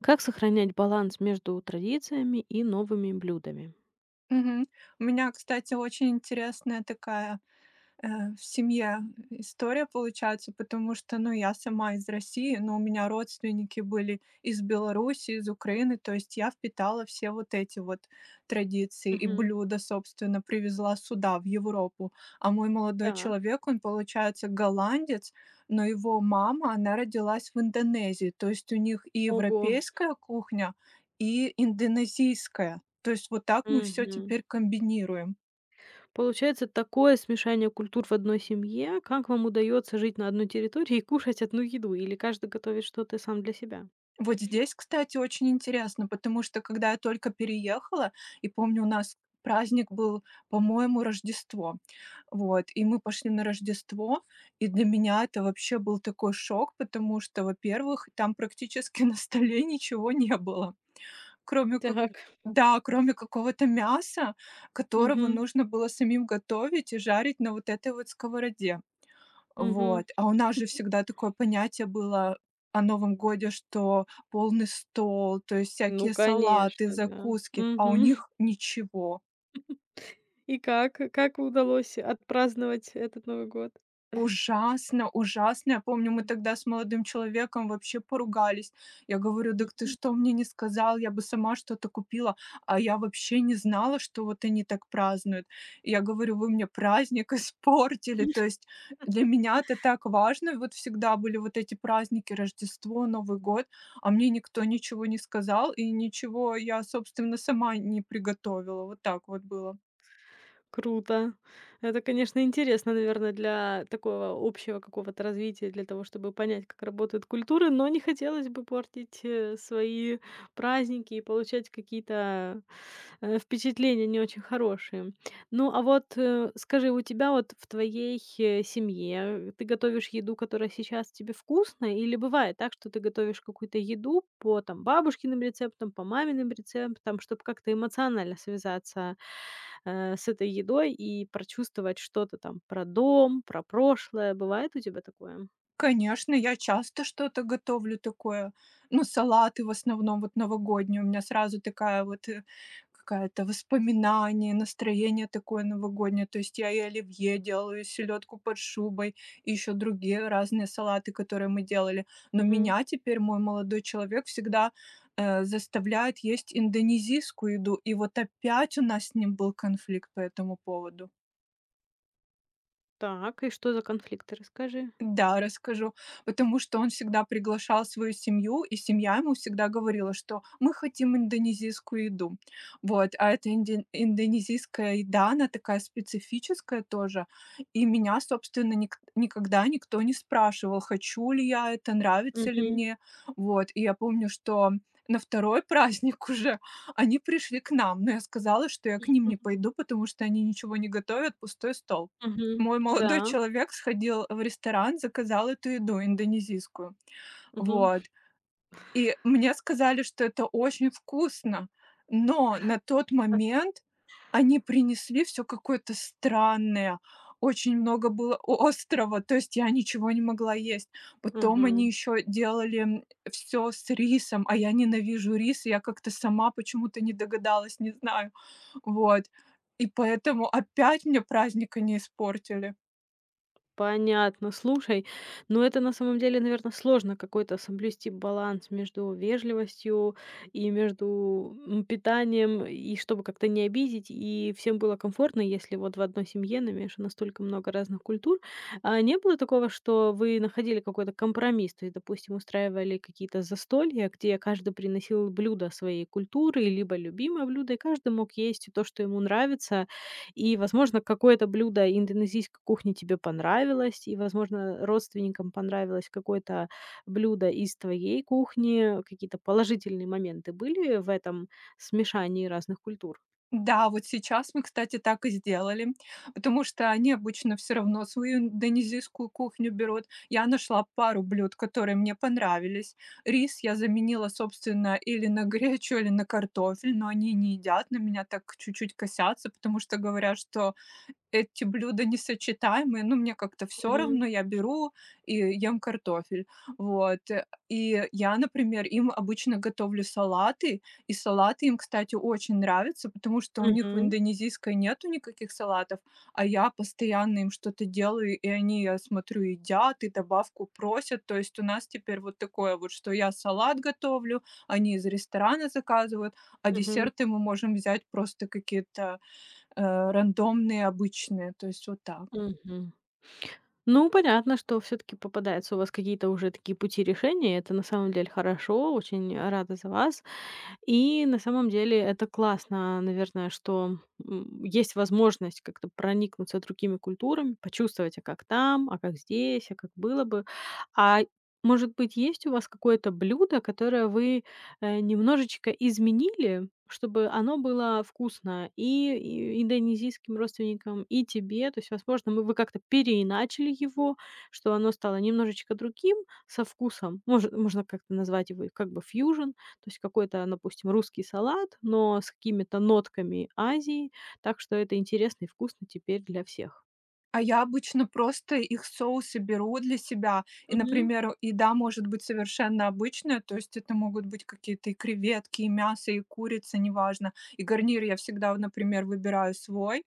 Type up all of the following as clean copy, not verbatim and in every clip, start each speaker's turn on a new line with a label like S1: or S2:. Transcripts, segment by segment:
S1: Как сохранять баланс между традициями и новыми блюдами?
S2: Мгм. У меня, кстати, очень интересная такая э, в семье история получается, потому что, ну, я сама из России, но у меня родственники были из Беларуси, из Украины, то есть я впитала все вот эти вот традиции и
S1: Мгм.
S2: блюда, собственно, привезла сюда, в Европу. А мой молодой
S1: Так.
S2: человек, он, получается, голландец, но его мама, она родилась в Индонезии, то есть у них и
S1: Ого.
S2: европейская кухня, и индонезийская. То есть вот так мы все
S1: Мгм.
S2: теперь комбинируем.
S1: Получается такое смешание культур в одной семье. Как вам удается жить на одной территории и кушать одну еду? Или каждый готовит что-то сам для себя?
S2: Вот здесь, кстати, очень интересно, потому что когда я только переехала, и помню, у нас праздник был, по-моему, Рождество. Вот, и мы пошли на Рождество, и для меня это вообще был такой шок, потому что, во-первых, там практически на столе ничего не было, кроме как
S1: Так.
S2: да, кроме какого-то мяса, которого
S1: Мгм.
S2: нужно было самим готовить и жарить на вот этой вот сковороде.
S1: Мгм.
S2: Вот. А у нас же всегда такое понятие было о Новом годе, что полный стол, то есть
S1: Ну,
S2: всякие салаты,
S1: конечно, да.
S2: закуски, а у
S1: Мгм.
S2: них ничего.
S1: И как? Как удалось отпраздновать этот Новый год?
S2: Ужасно, ужасно. Я помню, мы тогда с молодым человеком вообще поругались. Я говорю: "Дак ты что мне не сказал? Я бы сама что-то купила". А я вообще не знала, что вот они так празднуют. Я говорю: "Вы мне праздник испортили". То есть для меня это так важно. Вот всегда были вот эти праздники: Рождество, Новый год, а мне никто ничего не сказал, и ничего я, собственно, сама не приготовила. Вот так вот было.
S1: Круто. Это, конечно, интересно, наверное, для такого общего какого-то развития, для того, чтобы понять, как работают культуры, но не хотелось бы портить свои праздники и получать какие-то впечатления не очень хорошие. Ну, а вот скажи, у тебя вот в твоей семье ты готовишь еду, которая сейчас тебе вкусная, или бывает так, что ты готовишь какую-то еду по там бабушкиным рецептам, по маминым рецептам, чтобы как-то эмоционально связаться с этой едой и прочувствовать что-то там про дом, про прошлое. Бывает у тебя такое?
S2: Конечно, я часто что-то готовлю такое. Ну, салаты в основном вот новогодние. У меня сразу такая вот какая-то воспоминание, настроение такое новогоднее. То есть я и оливье делаю, и селедку под шубой, и еще другие разные салаты, которые мы делали. Но
S1: Мгм.
S2: меня теперь мой молодой человек всегда заставляет есть индонезийскую еду. И вот опять у нас с ним был конфликт по этому поводу.
S1: Так, и что за конфликты? Расскажи.
S2: Да, расскажу. Потому что он всегда приглашал свою семью, и семья ему всегда говорила, что мы хотим индонезийскую еду. Вот, а эта индонезийская еда, она такая специфическая тоже. И меня, собственно, никогда никто не спрашивал, хочу ли я это, нравится ли
S1: Мгм.
S2: мне. Вот, и я помню, что на второй праздник уже они пришли к нам, но я сказала, что я к ним не
S1: Мгм.
S2: пойду, потому что они ничего не готовят, пустой стол. Мой молодой
S1: Да.
S2: человек сходил в ресторан, заказал эту еду индонезийскую.
S1: Мгм.
S2: Вот. И мне сказали, что это очень вкусно, но на тот момент они принесли все какое-то странное, очень много было острого, то есть я ничего не могла есть. Потом они
S1: Мгм.
S2: еще делали, все с рисом, а я ненавижу рис, я как-то сама почему-то не догадалась, не знаю. Вот. И поэтому опять мне праздника не испортили.
S1: Понятно. Слушай, но это на самом деле, наверное, сложно какой-то соблюсти баланс между вежливостью и между питанием, и чтобы как-то не обидеть, и всем было комфортно, если вот в одной семье намешано настолько много разных культур. А не было такого, что вы находили какой-то компромисс, то есть, допустим, устраивали какие-то застолья, где каждый приносил блюдо своей культуры, либо любимое блюдо, и каждый мог есть то, что ему нравится, и, возможно, какое-то блюдо индонезийской кухни тебе понравилось, и, возможно, родственникам понравилось какое-то блюдо из твоей кухни. Какие-то положительные моменты были в этом смешании разных культур?
S2: Да, вот сейчас мы, кстати, так и сделали, потому что они обычно все равно свою индонезийскую кухню берут. Я нашла пару блюд, которые мне понравились. Рис я заменила, собственно, или на гречу, или на картофель, но они не едят, на меня так чуть-чуть косятся, потому что говорят, что эти блюда несочетаемые, но мне как-то все равно,
S1: Мгм.
S2: я беру и ем картофель. Вот. И я, например, им обычно готовлю салаты, и салаты им, кстати, очень нравятся, потому что у них в
S1: Мгм.
S2: индонезийской нету никаких салатов, а я постоянно им что-то делаю, и они, я смотрю, едят и добавку просят. То есть у нас теперь вот такое вот, что я салат готовлю, они из ресторана заказывают, а
S1: Мгм.
S2: десерты мы можем взять просто какие-то э, рандомные, обычные. То есть вот так.
S1: Мгм. Ну, понятно, что все таки попадаются у вас какие-то уже такие пути решения. Это на самом деле хорошо. Очень рада за вас. И на самом деле это классно, наверное, что, есть возможность как-то проникнуться другими культурами, почувствовать, а как там, а как здесь, а как было бы. А может быть, есть у вас какое-то блюдо, которое вы, немножечко изменили, чтобы оно было вкусно и индонезийским родственникам, и тебе? То есть, возможно, мы вы как-то переиначили его, что оно стало немножечко другим со вкусом. Может, можно как-то назвать его и как бы фьюжн. То есть какой-то, допустим, русский салат, но с какими-то нотками Азии, так что это интересно и вкусно теперь для всех.
S2: А я обычно просто их соусы беру для себя. И,
S1: Мгм.
S2: например, еда может быть совершенно обычная, то есть это могут быть какие-то и креветки, и мясо, и курица, неважно. И гарнир я всегда, например, выбираю свой,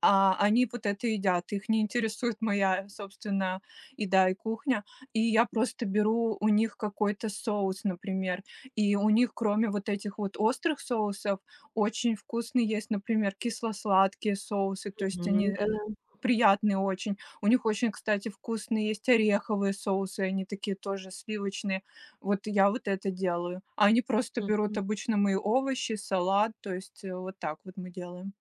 S2: а они вот это едят. Их не интересует моя собственная еда и кухня. И я просто беру у них какой-то соус, например. И у них, кроме вот этих вот острых соусов, очень вкусные есть, например, кисло-сладкие соусы. То есть
S1: Мгм.
S2: они
S1: Да-да.
S2: приятный очень. У них очень, кстати, вкусные есть ореховые соусы, они такие тоже сливочные. Вот я вот это делаю. А они просто берут
S1: Мгм.
S2: обычно мои овощи, салат, то есть, вот так вот мы делаем.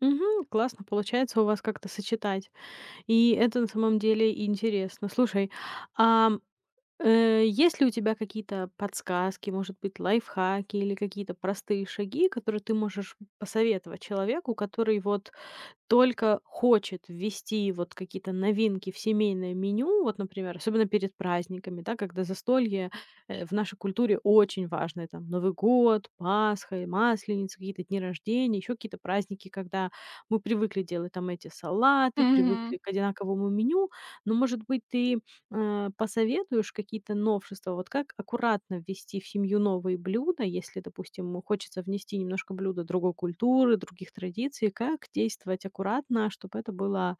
S1: Мгм. Классно получается у вас как-то сочетать. И это на самом деле интересно. Слушай, ам, есть ли у тебя какие-то подсказки, может быть, лайфхаки или какие-то простые шаги, которые ты можешь посоветовать человеку, который вот только хочет ввести вот какие-то новинки в семейное меню, вот, например, особенно перед праздниками, да, когда застолье в нашей культуре очень важное, там, Новый год, Пасха, и Масленица, какие-то дни рождения, еще какие-то праздники, когда мы привыкли делать там эти салаты,
S2: Мгм.
S1: привыкли к одинаковому меню, но, может быть, ты посоветуешь какие-то новшества? Вот как аккуратно ввести в семью новые блюда, если, допустим, хочется внести немножко блюда другой культуры, других традиций? Как действовать аккуратно, чтобы это было,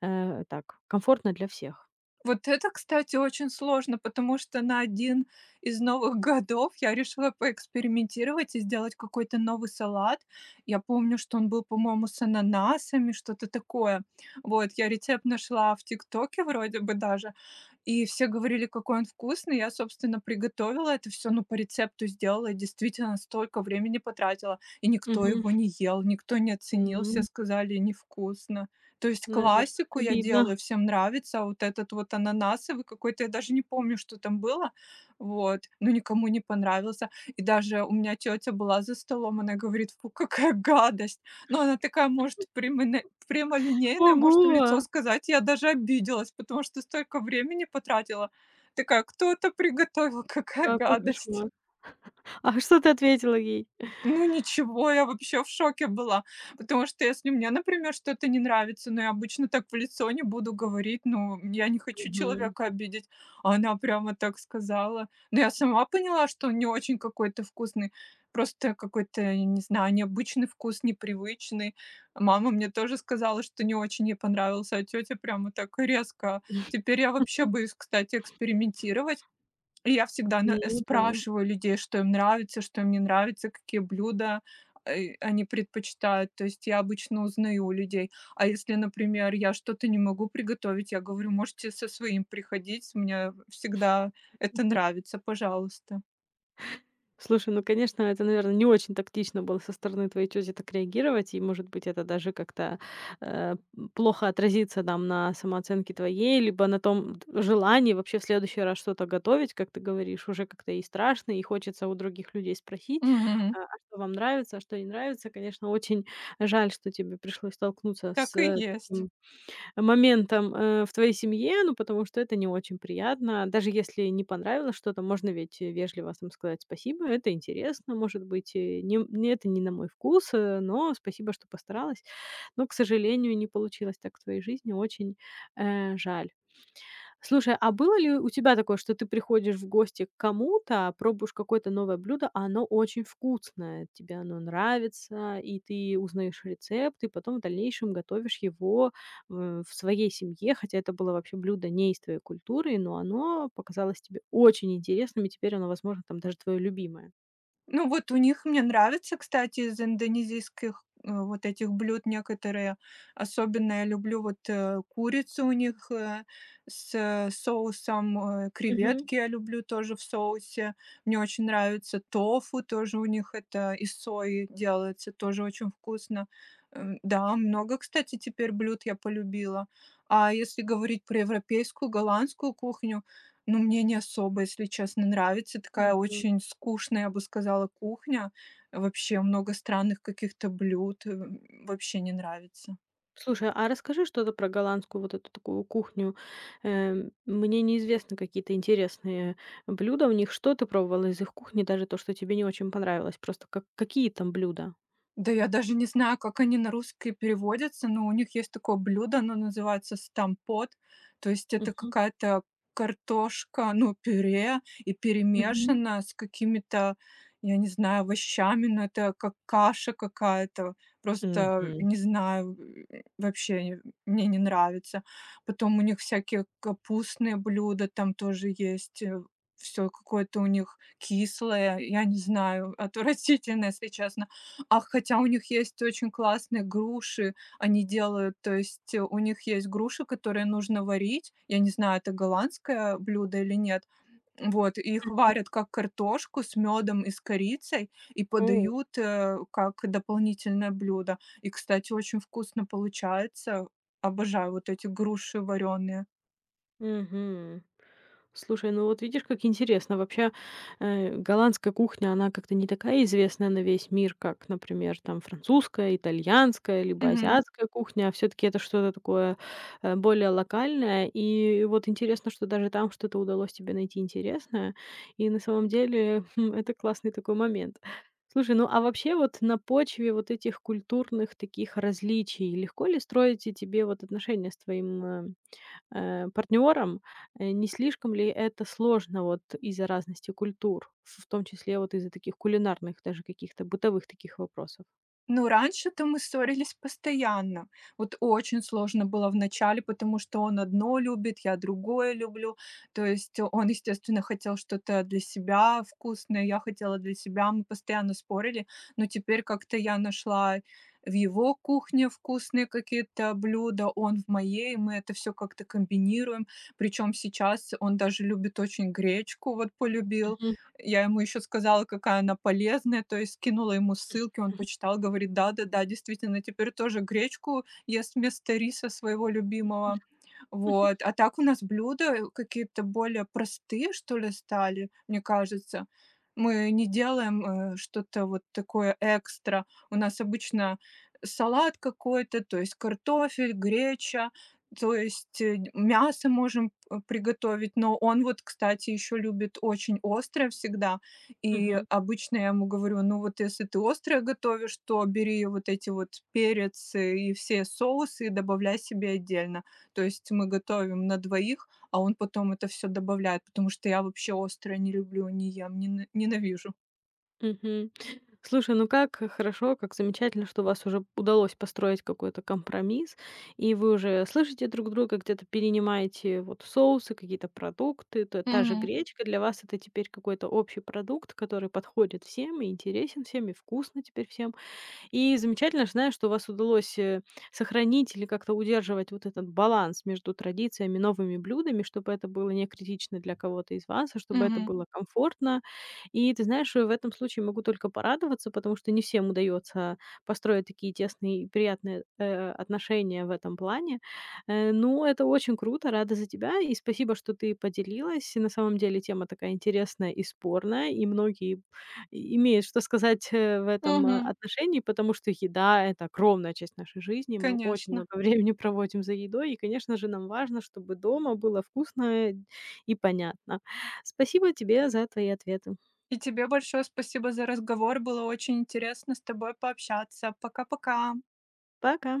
S1: так, комфортно для всех?
S2: Вот это, кстати, очень сложно, потому что на один из новых годов я решила поэкспериментировать и сделать какой-то новый салат. Я помню, что он был, по-моему, с ананасами, что-то такое. Вот, я рецепт нашла в "Тиктоке" вроде бы даже, и все говорили, какой он вкусный. Я, собственно, приготовила это все, ну, по рецепту сделала и действительно столько времени потратила, и никто
S1: Мгм.
S2: его не ел, никто не оценил, все
S1: М,
S2: сказали: "Невкусно". То есть
S1: наверно,
S2: классику я
S1: обидно.
S2: делаю, всем нравится. А вот этот вот ананасовый какой-то, я даже не помню, что там было, вот, но никому не понравился. И даже у меня тетя была за столом, она говорит: "Фу, какая гадость!" Но она такая, может, прямоне прямолинейная, может
S1: Ого!
S2: в лицо сказать. Я даже обиделась, потому что столько времени потратила. Такая: "Кто это приготовил? Какая
S1: Какой
S2: гадость!"
S1: кошмар! А что ты ответила ей?
S2: Ну ничего, я вообще в шоке была, потому что если мне, например, что-то не нравится, но я обычно так в лицо не буду говорить, ну, я не хочу
S1: Мгм.
S2: человека обидеть, а она прямо так сказала. Но я сама поняла, что он не очень какой-то вкусный, просто какой-то, я не знаю, необычный вкус, непривычный. Мама мне тоже сказала, что не очень ей понравился, а тетя прямо так резко. Теперь я вообще боюсь, кстати, экспериментировать, и я всегда на
S1: Ну да.
S2: спрашиваю людей, что им нравится, что им не нравится, какие блюда, они предпочитают. То есть я обычно узнаю у людей. А если, например, я что-то не могу приготовить, я говорю, можете со своим приходить, мне всегда это нравится, пожалуйста.
S1: Слушай, ну, конечно, это, наверное, не очень тактично было со стороны твоей тети так реагировать, и, может быть, это даже как-то, э, плохо отразится там на самооценке твоей, либо на том т желании вообще в следующий раз что-то готовить, как ты говоришь, уже как-то и страшно, и хочется у других людей спросить,
S2: Мгм.
S1: а что вам нравится, а что не нравится. Конечно, очень жаль, что тебе пришлось столкнуться с
S2: Так и есть.
S1: таким моментом, в твоей семье, ну, потому что это не очень приятно. Даже если не понравилось что-то, можно ведь вежливо там сказать: "Спасибо, это интересно, может быть, не это не на мой вкус, но спасибо, что постаралась". Но, к сожалению, не получилось так в твоей жизни. Очень, жаль. Слушай, а было ли у тебя такое, что ты приходишь в гости к кому-то, а пробуешь какое-то новое блюдо, а оно очень вкусное, тебе оно нравится, и ты узнаешь рецепт, и потом в дальнейшем готовишь его, в своей семье, хотя это было вообще блюдо не из твоей культуры, но оно показалось тебе очень интересным, и теперь оно, возможно, там даже твое любимое?
S2: Ну вот у них, мне нравится, кстати, из индонезийских, вот этих блюд некоторые. Особенно я люблю вот, курицу у них, соусом,
S1: Мгм.
S2: креветки я люблю тоже в соусе. Мне очень нравится тофу, тоже у них это из сои делается, тоже очень вкусно. Да, много, кстати, теперь блюд я полюбила. А если говорить про европейскую, голландскую кухню, ну, мне не особо, если честно, нравится. Такая очень скучная, я бы сказала, кухня. Вообще много странных каких-то блюд, вообще не нравится.
S1: Слушай, а расскажи что-то про голландскую вот эту такую кухню. Мне неизвестны какие-то интересные блюда у них. Что ты пробовала из их кухни, даже то, что тебе не очень понравилось? Просто как какие там блюда?
S2: Да я даже не знаю, как они на русский переводятся, но у них есть такое блюдо, оно называется стампот. То есть это
S1: Мгм.
S2: какая-то картошка, ну, пюре и
S1: Мгм.
S2: перемешано с какими-то, я не знаю, овощами, но это как каша какая-то. Просто
S1: Мгм.
S2: не знаю, э, вообще не- мне не нравится. Потом у них всякие капустные блюда там тоже есть, все какое-то у них кислое, я не знаю, отвратительное, если честно. А хотя у них есть очень классные груши, они делают, то есть у них есть груши, которые нужно варить. Я не знаю, это голландское блюдо или нет. Вот, и их варят как картошку с медом и с корицей и подают, как дополнительное блюдо. И, кстати, очень вкусно получается. Обожаю вот эти груши вареные.
S1: Мгм. Слушай, ну вот видишь, как интересно. Вообще, голландская кухня, она как-то не такая известная на весь мир, как, например, там французская, итальянская, либо азиатская кухня. Все-таки это что-то такое более локальное. И вот интересно, что даже там что-то удалось тебе найти интересное. И на самом деле хм, это классный такой момент. Слушай, ну а вообще вот на почве вот этих культурных таких различий легко ли строите тебе вот отношения с твоим партнёром, не слишком ли это сложно вот из-за разности культур, в том числе вот из-за таких кулинарных, даже каких-то бытовых таких вопросов?
S2: Ну, раньше-то мы ссорились постоянно. Вот очень сложно было в начале, потому что он одно любит, я другое люблю. То есть он, естественно, хотел что-то для себя вкусное, я хотела для себя. Мы постоянно спорили, но теперь как-то я нашла в его кухне вкусные какие-то блюда, он в моей, мы это все как-то комбинируем. Причем сейчас он даже любит очень гречку, вот полюбил.
S1: Мгм.
S2: Я ему еще сказала, какая она полезная, то есть скинула ему ссылки, он почитал, говорит, да-да-да, действительно, теперь тоже гречку ест вместо риса своего любимого. Вот. А так у нас блюда какие-то более простые, что ли, стали, мне кажется. Мы не делаем, что-то вот такое экстра. У нас обычно салат какой-то, то есть картофель, греча, то есть, мясо можем, приготовить, но он вот, кстати, еще любит очень острое всегда. И
S1: Мгм.
S2: обычно я ему говорю: "Ну вот если ты острое готовишь, то бери вот эти вот перец и все соусы и добавляй себе отдельно". То есть мы готовим на двоих, а он потом это все добавляет, потому что я вообще острое не люблю, не ем, ненавижу.
S1: Мгм. Слушай, ну как хорошо, как замечательно, что у вас уже удалось построить какой-то компромисс, и вы уже слышите друг друга, где-то перенимаете вот соусы, какие-то продукты. Т та же
S2: Мгм.
S1: гречка для вас — это теперь какой-то общий продукт, который подходит всем и интересен всем, и вкусно теперь всем. И замечательно, что, знаешь, что у вас удалось, сохранить или как-то удерживать вот этот баланс между традициями, новыми блюдами, чтобы это было не критично для кого-то из вас, а чтобы это
S2: Мгм.
S1: было комфортно. И ты знаешь, в этом случае могу только порадоваться, потому что не всем удается построить такие тесные и приятные, отношения в этом плане. Ну, это очень круто, рада за тебя и спасибо, что ты поделилась. И на самом деле тема такая интересная и спорная, и многие имеет что сказать, в этом,
S2: Мгм.
S1: отношении, потому что еда — это огромная часть нашей жизни. Мы очень
S2: Конечно.
S1: много времени проводим за едой, и, конечно же, нам важно, чтобы дома было вкусно и понятно. Спасибо тебе за твои ответы.
S2: И тебе большое спасибо за разговор. Было очень интересно с тобой пообщаться. Пока-пока.
S1: Пока.